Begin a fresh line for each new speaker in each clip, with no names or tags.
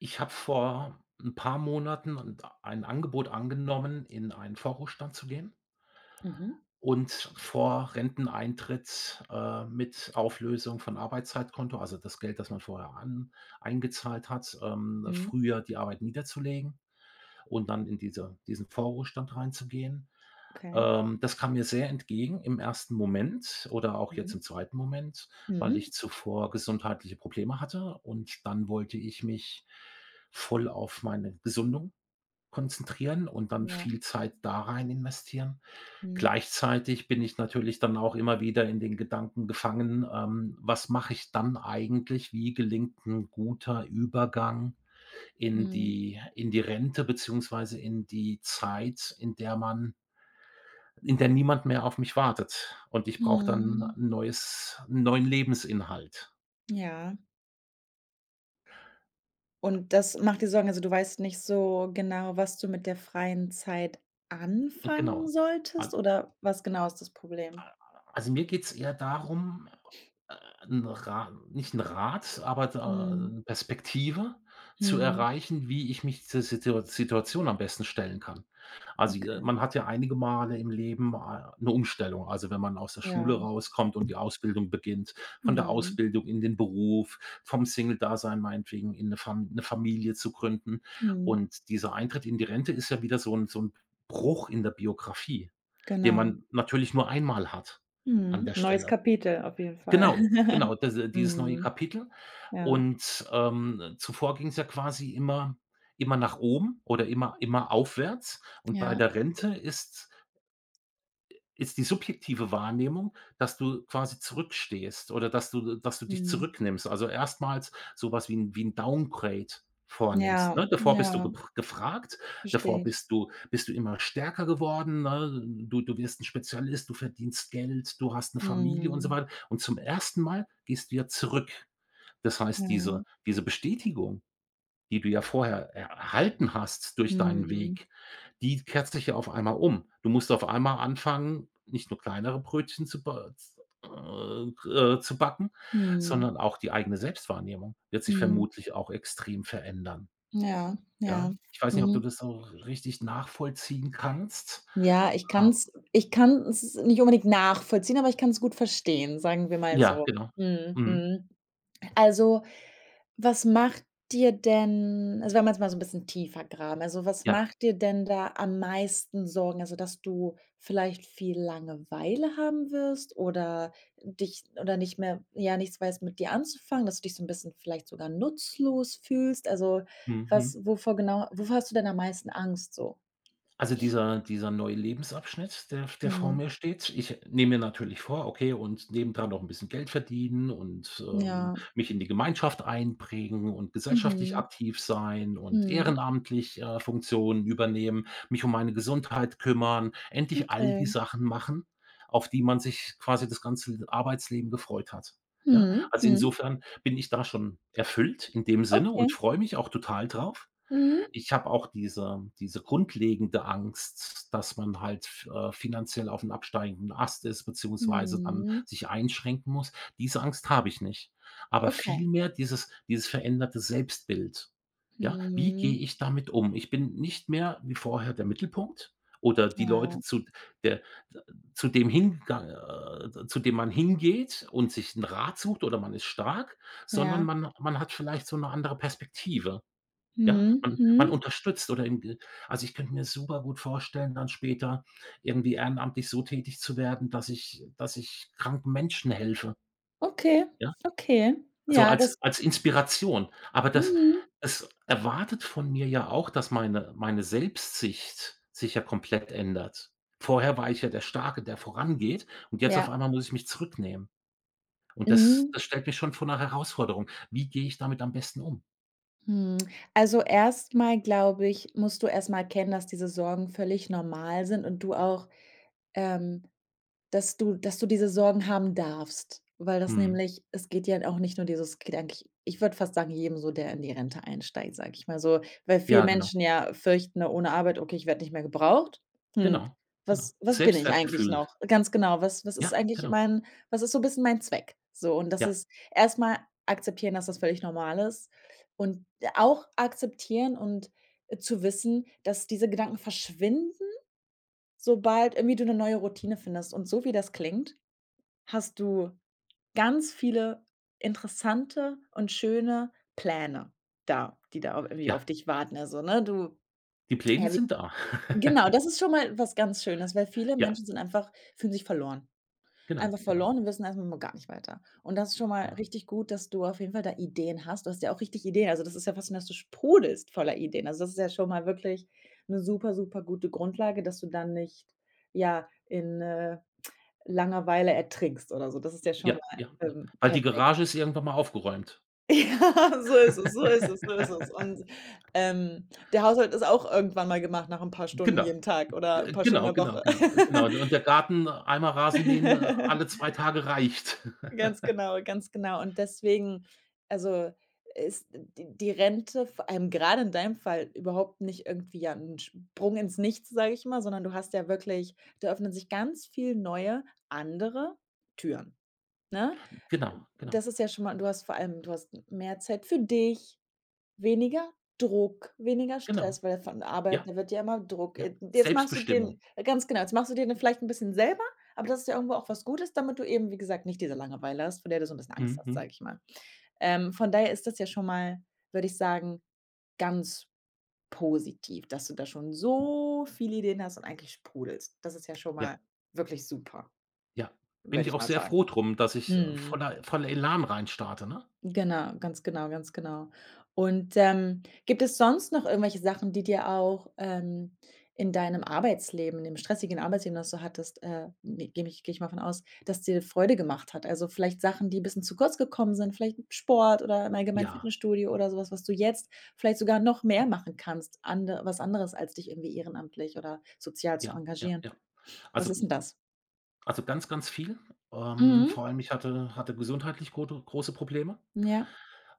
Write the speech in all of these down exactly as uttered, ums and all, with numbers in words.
Ich habe vor ein paar Monaten ein Angebot angenommen, in einen Vorruhestand zu gehen
Mhm.
und vor Renteneintritt, äh, mit Auflösung von Arbeitszeitkonto, also das Geld, das man vorher an eingezahlt hat, ähm,
Mhm.
früher die Arbeit niederzulegen und dann in diese diesen Vorruhestand reinzugehen.
Okay.
Ähm, das kam mir sehr entgegen im ersten Moment oder auch jetzt
Mhm.
im zweiten Moment, weil
Mhm.
ich zuvor gesundheitliche Probleme hatte, und dann wollte ich mich voll auf meine Gesundung konzentrieren und dann
Ja.
viel Zeit da rein investieren.
Mhm.
Gleichzeitig bin ich natürlich dann auch immer wieder in den Gedanken gefangen, ähm, was mache ich dann eigentlich? Wie gelingt ein guter Übergang in
Mhm.
die in die Rente, beziehungsweise in die Zeit, in der man in der niemand mehr auf mich wartet. Und ich brauche dann 'n
Mhm.
neues 'n neuen Lebensinhalt.
Ja. Und das macht dir Sorgen. Also, du weißt nicht so genau, was du mit der freien Zeit
Und
anfangen
genau.
solltest,
Als
oder was genau ist das Problem?
also, mir geht's eher darum. Äh, 'n Ra Nicht 'n Rat, aber da
Mhm.
'ne Perspektive zu
Mhm.
erreichen, wie ich mich zur Situa Situation am besten stellen kann. Also, äh,
Okay.
man hat ja einige Male im Leben, äh, 'ne Umstellung. Also, wenn man aus der Schule
Ja.
rauskommt und die Ausbildung beginnt, von der
Mhm.
Ausbildung in den Beruf, vom Single-Dasein meinetwegen in 'ne Fam 'ne Familie zu gründen.
Mhm.
Und dieser Eintritt in die Rente ist ja wieder so 'n so 'n Bruch in der Biografie, den
Genau.
man natürlich nur einmal hat an
Mhm.
der
Neues
Stelle.
Kapitel auf jeden Fall.
Genau, genau, das äh, dieses neue
Mhm.
Kapitel.
Ja.
Und, ähm, zuvor ging es ja quasi immer immer nach oben oder immer immer aufwärts. Und bei
Ja.
der Rente ist ist die subjektive Wahrnehmung, dass du quasi zurückstehst oder dass du dass du dich
Mhm.
zurücknimmst. Also, erstmals so was wie 'n wie 'n Downgrade vornimmst,
Ja,
ne? Davor bist du
ja,
gepr gefragt,
verstehe
davor
ich.
bist du bist du immer stärker geworden, ne? Du du wirst 'n Spezialist, du verdienst Geld, du hast 'ne Familie und so
Mhm.
weiter. Und zum ersten Mal gehst du ja zurück. Das
Ja.
heißt, diese diese Bestätigung, die du ja vorher erhalten hast durch deinen
Mhm.
Weg, die kehrt sich ja auf einmal um. Du musst auf einmal anfangen, nicht nur kleinere Brötchen zu ba z äh, äh, zu backen,
Mhm,
sondern auch die eigene Selbstwahrnehmung wird sich
mhm.
vermutlich auch extrem verändern,
Ja, ja.
ja? Ich weiß nicht, ob du
Mhm.
das so richtig nachvollziehen kannst,
Ja, ich
aber
kann's ich kann es nicht unbedingt nachvollziehen, aber ich kann's gut verstehen, sagen wir mal
ja,
so.
genau.
Mhm,
Mhm.
mhm. Also. Was macht dir denn also, wenn wir jetzt mal so ein bisschen tiefer graben, also, was
Ja.
macht dir denn da am meisten Sorgen? Also, dass du vielleicht viel Langeweile haben wirst, oder dich oder nicht mehr, ja, nichts weißt, mit dir anzufangen, dass du dich so ein bisschen, vielleicht sogar nutzlos fühlst? Also, was
Mhm.
wovor genau wovor hast du denn am meisten Angst so?
Also, dieser dieser neue Lebensabschnitt, der der vor
Mhm.
mir steht. Ich nehme mir natürlich vor, okay, und nebendran noch ein bisschen Geld verdienen und, ähm,
Ja.
mich in die Gemeinschaft einbringen und gesellschaftlich
Mhm.
aktiv sein und
Mhm.
ehrenamtlich, äh, Funktionen übernehmen, mich um meine Gesundheit kümmern, endlich all die
Okay.
Sachen machen, auf die man sich quasi das ganze Arbeitsleben gefreut hat, ja?
Mhm.
Also,
Mhm.
insofern bin ich da schon erfüllt in dem Sinne und
Okay.
freue mich auch total drauf.
Mhm.
Ich habe auch diese diese grundlegende Angst, dass man halt f äh, finanziell aufm absteigenden Ast ist, beziehungsweise dann
Mhm.
sich einschränken muss. Diese Angst habe ich nicht, aber
Okay.
vielmehr dieses dieses veränderte Selbstbild. Ja, wie
Mhm.
gehe ich damit um? Ich bin nicht mehr wie vorher der Mittelpunkt oder die
Ja.
Leute zu der zu dem hinga äh, zu dem man hingeht und sich 'n Rat sucht, oder man ist stark, sondern
Ja.
man man hat vielleicht so eine andere Perspektive. Ja,
Mhm,
man man
mhm.
unterstützt oder im Ge also, ich könnte mir super gut vorstellen, dann später irgendwie ehrenamtlich so tätig zu werden, dass ich dass ich kranken Menschen helfe,
Okay,
ja?
okay.
Also,
Ja, das
als als Inspiration. Aber das
mhm,
es erwartet von mir ja auch, dass meine meine Selbstsicht sich ja komplett ändert. Vorher war ich ja der Starke, der vorangeht, und jetzt
ja,
auf einmal muss ich mich zurücknehmen. Und das
mhm,
das stellt mich schon vor 'ner Herausforderung. Wie gehe ich damit am besten um?
mhm. Also, erstmal, glaube ich, musst du erstmal erkennen, dass diese Sorgen völlig normal sind, und du auch, ähm dass du, dass du diese Sorgen haben darfst, weil das
Mhm.
nämlich es geht ja auch nicht nur dieses es geht eigentlich, ich würde fast sagen, jedem so, der in die Rente einsteigt, sage ich mal so, weil viele
Ja, genau.
Menschen ja fürchten, ne, ohne Arbeit: „Okay, ich werde nicht mehr gebraucht. Hm,
Genau, genau.
was was bin ich eigentlich
Selbstwertgefühl.
noch?" Ganz genau, was was ist
Ja,
eigentlich
genau.
mein was ist so 'n bisschen mein Zweck? So, und das
Ja,
ist erst mal akzeptieren, dass das völlig normal ist, und auch akzeptieren und, äh, zu wissen, dass diese Gedanken verschwinden, sobald irgendwie du eine neue Routine findest. Und so wie das klingt, hast du ganz viele interessante und schöne Pläne da, die da irgendwie
ja,
auf dich warten. Also, ne, du
die Pläne
ja, wie
sind da.
genau, das ist schon mal was ganz Schönes, weil viele
Ja,
Menschen sind einfach, fühlen sich verloren.
genau,
Einfach
genau,
verloren und wissen erstmal mal gar nicht weiter. Und das ist schon mal
ja,
richtig gut, dass du auf jeden Fall da Ideen hast. Du hast ja auch richtig Ideen. Also, das ist ja fast schon, dass du sprudelst voller Ideen. Also, das ist ja schon mal wirklich eine super, super gute Grundlage, dass du dann nicht, ja, in, äh Langeweile ertrinkst oder so. Das ist ja schon
ja,
mal,
ja, ja.
ähm,
Weil die
perfekt.
Garage ist irgendwann mal aufgeräumt.
Ja, so ist es, so ist es, so ist es. Und, ähm, der Haushalt ist auch irgendwann mal gemacht, nach 'n paar Stunden
Genau,
jeden Tag oder 'n
g
paar Stunden
genau,
in der
genau,
Woche.
genau, genau. Und der Garten, äh, einmal Rasenmähen, äh, alle zwei Tage reicht.
Ganz genau, ganz genau. Und deswegen, also, ist die die Rente vor allem grade in deinem Fall überhaupt nicht irgendwie ja 'n Sprung ins Nichts, sage ich mal, sondern du hast ja wirklich, da öffnen sich ganz viel neue, andere Türen, ne?
Genau, genau,
Das ist ja schon mal, du hast vor allem, du hast mehr Zeit für dich, weniger Druck, weniger
genau.
Stress, weil von der Arbeit,
Ja,
da wird ja immer Druck
ja.
äh, jetzt machst du
Selbstbestimmung.
den äh, ganz genau, jetzt machst du dir den vielleicht ein bisschen selber, aber das ist ja irgendwo auch was Gutes, damit du eben, wie gesagt, nicht diese Langeweile hast, vor der du so ein bisschen Angst
Mhm,
hast,
mhm.
sage ich mal. Ähm, von daher ist das ja schon mal, würde ich sagen, ganz positiv, dass du da schon so viele Ideen hast und eigentlich sprudelst. Das ist ja schon mal
Ja,
wirklich super,
ja. Bin
würde
ich
ich
auch
mal
sehr
sagen.
froh drum, dass ich, äh,
Mhm.
voller voller Elan reinstarte, ne?
Genau, ganz genau, ganz genau. Und, ähm, gibt es sonst noch irgendwelche Sachen, die dir auch, ähm, in deinem Arbeitsleben, in dem stressigen Arbeitsleben, das du hattest, äh, ne, gehe geh ich gehe ich mal von aus, dass dir Freude gemacht hat? Also, vielleicht Sachen, die ein bisschen zu kurz gekommen sind, vielleicht Sport oder im allgemeinen
Ja,
Fitnessstudio oder sowas, was du jetzt vielleicht sogar noch mehr machen kannst, ande was anderes, als dich irgendwie ehrenamtlich oder sozial zu
ja, ja,
engagieren.
ja.
Was
Also
ist denn das?
Also, ganz, ganz viel. Ähm,
Mhm.
vor allem, ich hatte hatte gesundheitlich grote große Probleme,
Ja.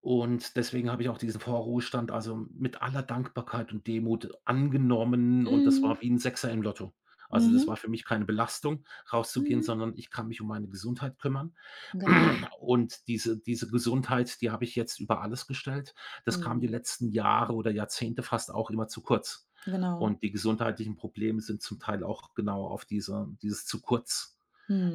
und deswegen habe ich auch diesen Vorruhestand, also, mit aller Dankbarkeit und Demut angenommen, und das
Mhm.
war wie ein Sechser im Lotto. Also, das
Mhm.
war für mich keine Belastung, rauszugehen,
Mhm.
sondern ich kann mich um meine Gesundheit kümmern.
Genau.
Und diese diese Gesundheit, die habe ich jetzt über alles gestellt. Das kam die
Mhm.
letzten Jahre oder Jahrzehnte fast auch immer zu kurz.
Genau.
Und die gesundheitlichen Probleme sind zum Teil auch genau auf diese dieses zu kurz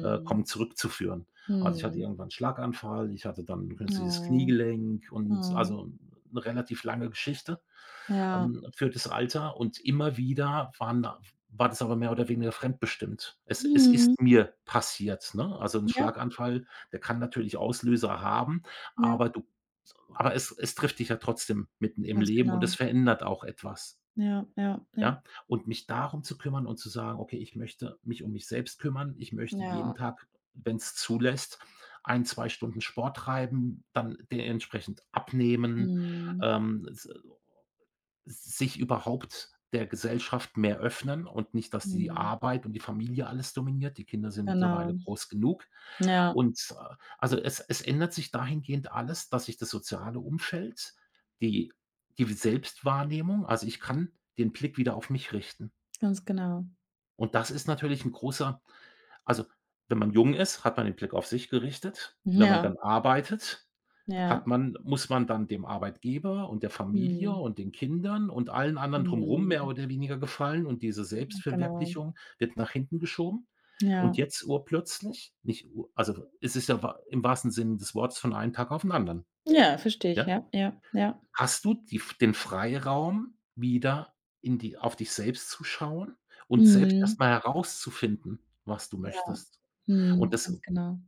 äh, kommt, zurückzuführen. Also, ich hatte
Mhm.
irgendwann 'n Schlaganfall, ich hatte dann 'n künstliches
Oh,
Kniegelenk, und
oh,
also eine relativ lange Geschichte,
ja.
ähm, für das Alter, und immer wieder waren war das aber mehr oder weniger fremdbestimmt. Es es
Mhm.
ist mir passiert, ne? Also ein
Ja,
Schlaganfall, der kann natürlich Auslöser haben,
ja,
aber du aber es es trifft dich ja trotzdem mitten im
ganz
Leben, und
genau.
es verändert auch etwas.
Ja, ja, ja.
Ja? Und mich darum zu kümmern und zu sagen: „Okay, ich möchte mich um mich selbst kümmern. Ich möchte jeden
Ja,
Tag, wenn es zulässt, ein zwei Stunden Sport treiben, dann dementsprechend abnehmen,
mhm,
ähm, s sich überhaupt der Gesellschaft mehr öffnen und nicht, dass die
mhm,
Arbeit und die Familie alles dominiert. Die Kinder sind mittlerweile
genau.
groß genug.
Ja,
Und, äh, also, es es ändert sich dahingehend alles, dass sich das soziale Umfeld, die die Selbstwahrnehmung, also, ich kann den Blick wieder auf mich richten.
ganz genau.
Und das ist natürlich 'n großer. Also, wenn man jung ist, hat man den Blick auf sich gerichtet. Wenn man
Ja,
dann arbeitet, hat
ja,
man muss man dann dem Arbeitgeber und der Familie
mhm,
und den Kindern und allen anderen drumrum
mhm,
mehr oder weniger gefallen, und diese
genau.
Selbstverwirklichung wird nach hinten geschoben. Und
Ja,
jetzt urplötzlich nicht u also, es ist ja wa im wahrsten Sinne des Wortes von einem Tag auf 'n anderen,
ja, verstehe ich,
ja?
ja, ja, ja.
Hast du die den Freiraum, wieder in die auf dich selbst zu schauen und selbst
Mhm,
erst mal herauszufinden, was du
ja,
möchtest?
mhm,
Und
ganz
das
genau.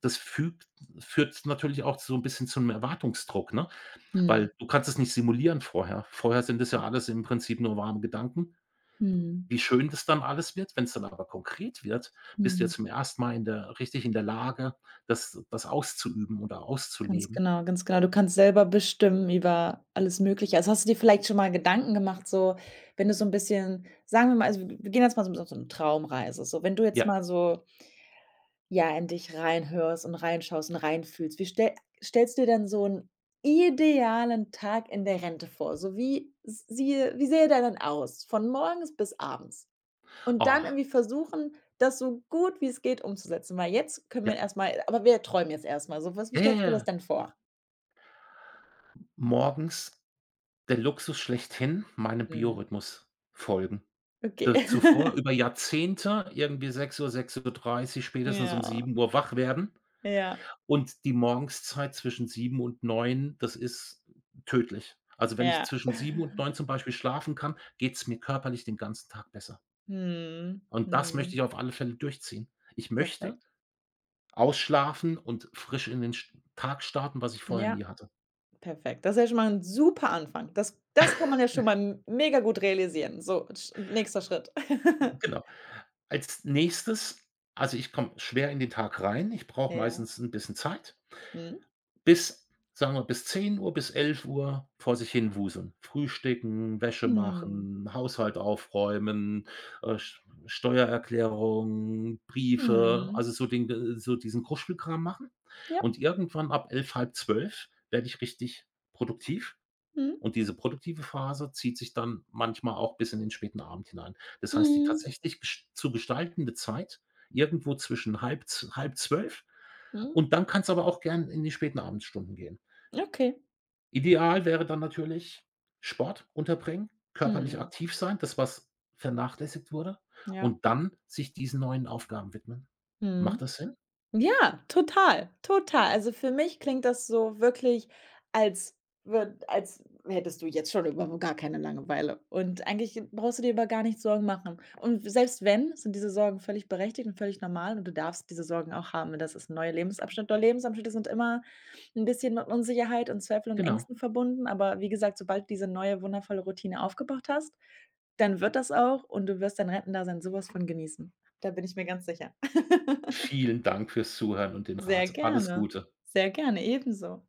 das fügt führt natürlich auch so ein bisschen zu 'nem Erwartungsdruck, ne?
Mhm,
Weil du kannst es nicht simulieren vorher. Vorher sind das ja
mhm,
alles im Prinzip nur warme Gedanken.
mhm,
Wie schön das dann alles wird, wenn's dann aber konkret wird, bist du ja
mhm.
zum ersten Mal in der richtig in der Lage, das das auszuüben oder
Ganz
auszuleben.
genau, ganz genau. Du kannst selber bestimmen über alles Mögliche. Also, hast du dir vielleicht schon mal Gedanken gemacht, so wenn du so ein bisschen, sagen wir mal, also, wir gehen jetzt mal so auf so 'ne Traumreise. So, wenn du jetzt
Ja.
mal so, ja, in dich reinhörst und reinschaust und reinfühlst, wie stell stellst du dir denn so einen idealen Tag in der Rente vor? So wie s wie sähe der dann aus von morgens bis abends? Und dann
Ah,
irgendwie versuchen, das so gut wie es geht umzusetzen, weil jetzt können wir
ja.
erst mal, aber wir träumen jetzt erst mal so. Was, wie
Ja, ja,
stellst du dir das
ja.
denn vor?
Morgens. Der Luxus schlechthin, meinem
Mhm.
Biorhythmus folgen.
Okay.
D Zuvor über Jahrzehnte irgendwie sechs sechs Uhr, sechs Uhr dreißig, spätestens um
Ja,
sieben Uhr wach werden,
ja,
und die Morgenszeit zwischen sieben und neun, das ist tödlich. Also, wenn ich
ja.
zwischen sieben und neun zum Beispiel schlafen kann, geht's mir körperlich den ganzen Tag besser.
Mhm,
Und das möchte ich
mhm.
auf alle Fälle durchziehen. Ich möchte
Perfekt.
ausschlafen und frisch in den sch Tag starten, was ich vorher
Ja,
nie hatte.
perfekt. Das ist ja schon mal ein super Anfang. Das das kann man ja schon mal m mega gut realisieren. So, sch nächster Schritt.
Genau. Als Nächstes, also, ich komme schwer in den Tag rein. Ich brauche
Ja.
meistens 'n bisschen Zeit,
Mhm.
bis, sagen wir, bis zehn Uhr, bis elf Uhr, vor sich hin wuseln. Frühstücken, Wäsche
Mhm.
machen, Haushalt aufräumen, äh, Sch Steuererklärung, Briefe,
Mhm.
also so den äh, so diesen Kruschelkram machen.
Ja.
Und irgendwann ab elf, halb zwölf, werde ich richtig produktiv,
Mhm.
und diese produktive Phase zieht sich dann manchmal auch bis in den späten Abend hinein. Das heißt, die
Mhm.
tatsächlich gesch zu gestaltende Zeit irgendwo zwischen halb z halb zwölf,
Mhm.
und dann kann es aber auch gern in die späten Abendstunden gehen.
Okay.
Ideal wäre dann natürlich Sport unterbringen, körperlich
Mhm.
aktiv sein, das, was vernachlässigt wurde,
Ja.
und dann sich diesen neuen Aufgaben widmen. Macht
Mhm.
das Sinn?
Ja, total, total. Also, für mich klingt das so wirklich, als würd als hättest du jetzt schon überhaupt gar keine Langeweile. Und eigentlich brauchst du dir über gar nichts Sorgen machen. Und selbst wenn, sind diese Sorgen völlig berechtigt und völlig normal, und du darfst diese Sorgen auch haben. Das ist ein neuer Lebensabschnitt. Neue Lebensabschnitte sind immer ein bisschen mit Unsicherheit und Zweifel und
Genau.
Ängsten verbunden, aber wie gesagt, sobald du diese neue wundervolle Routine aufgebaut hast, dann wird das auch, und du wirst dein Rentendasein so was von genießen. Da bin ich mir ganz sicher.
Vielen Dank fürs Zuhören und den
Sehr
Rat. Alles
gerne.
Gute.
Sehr gerne, ebenso.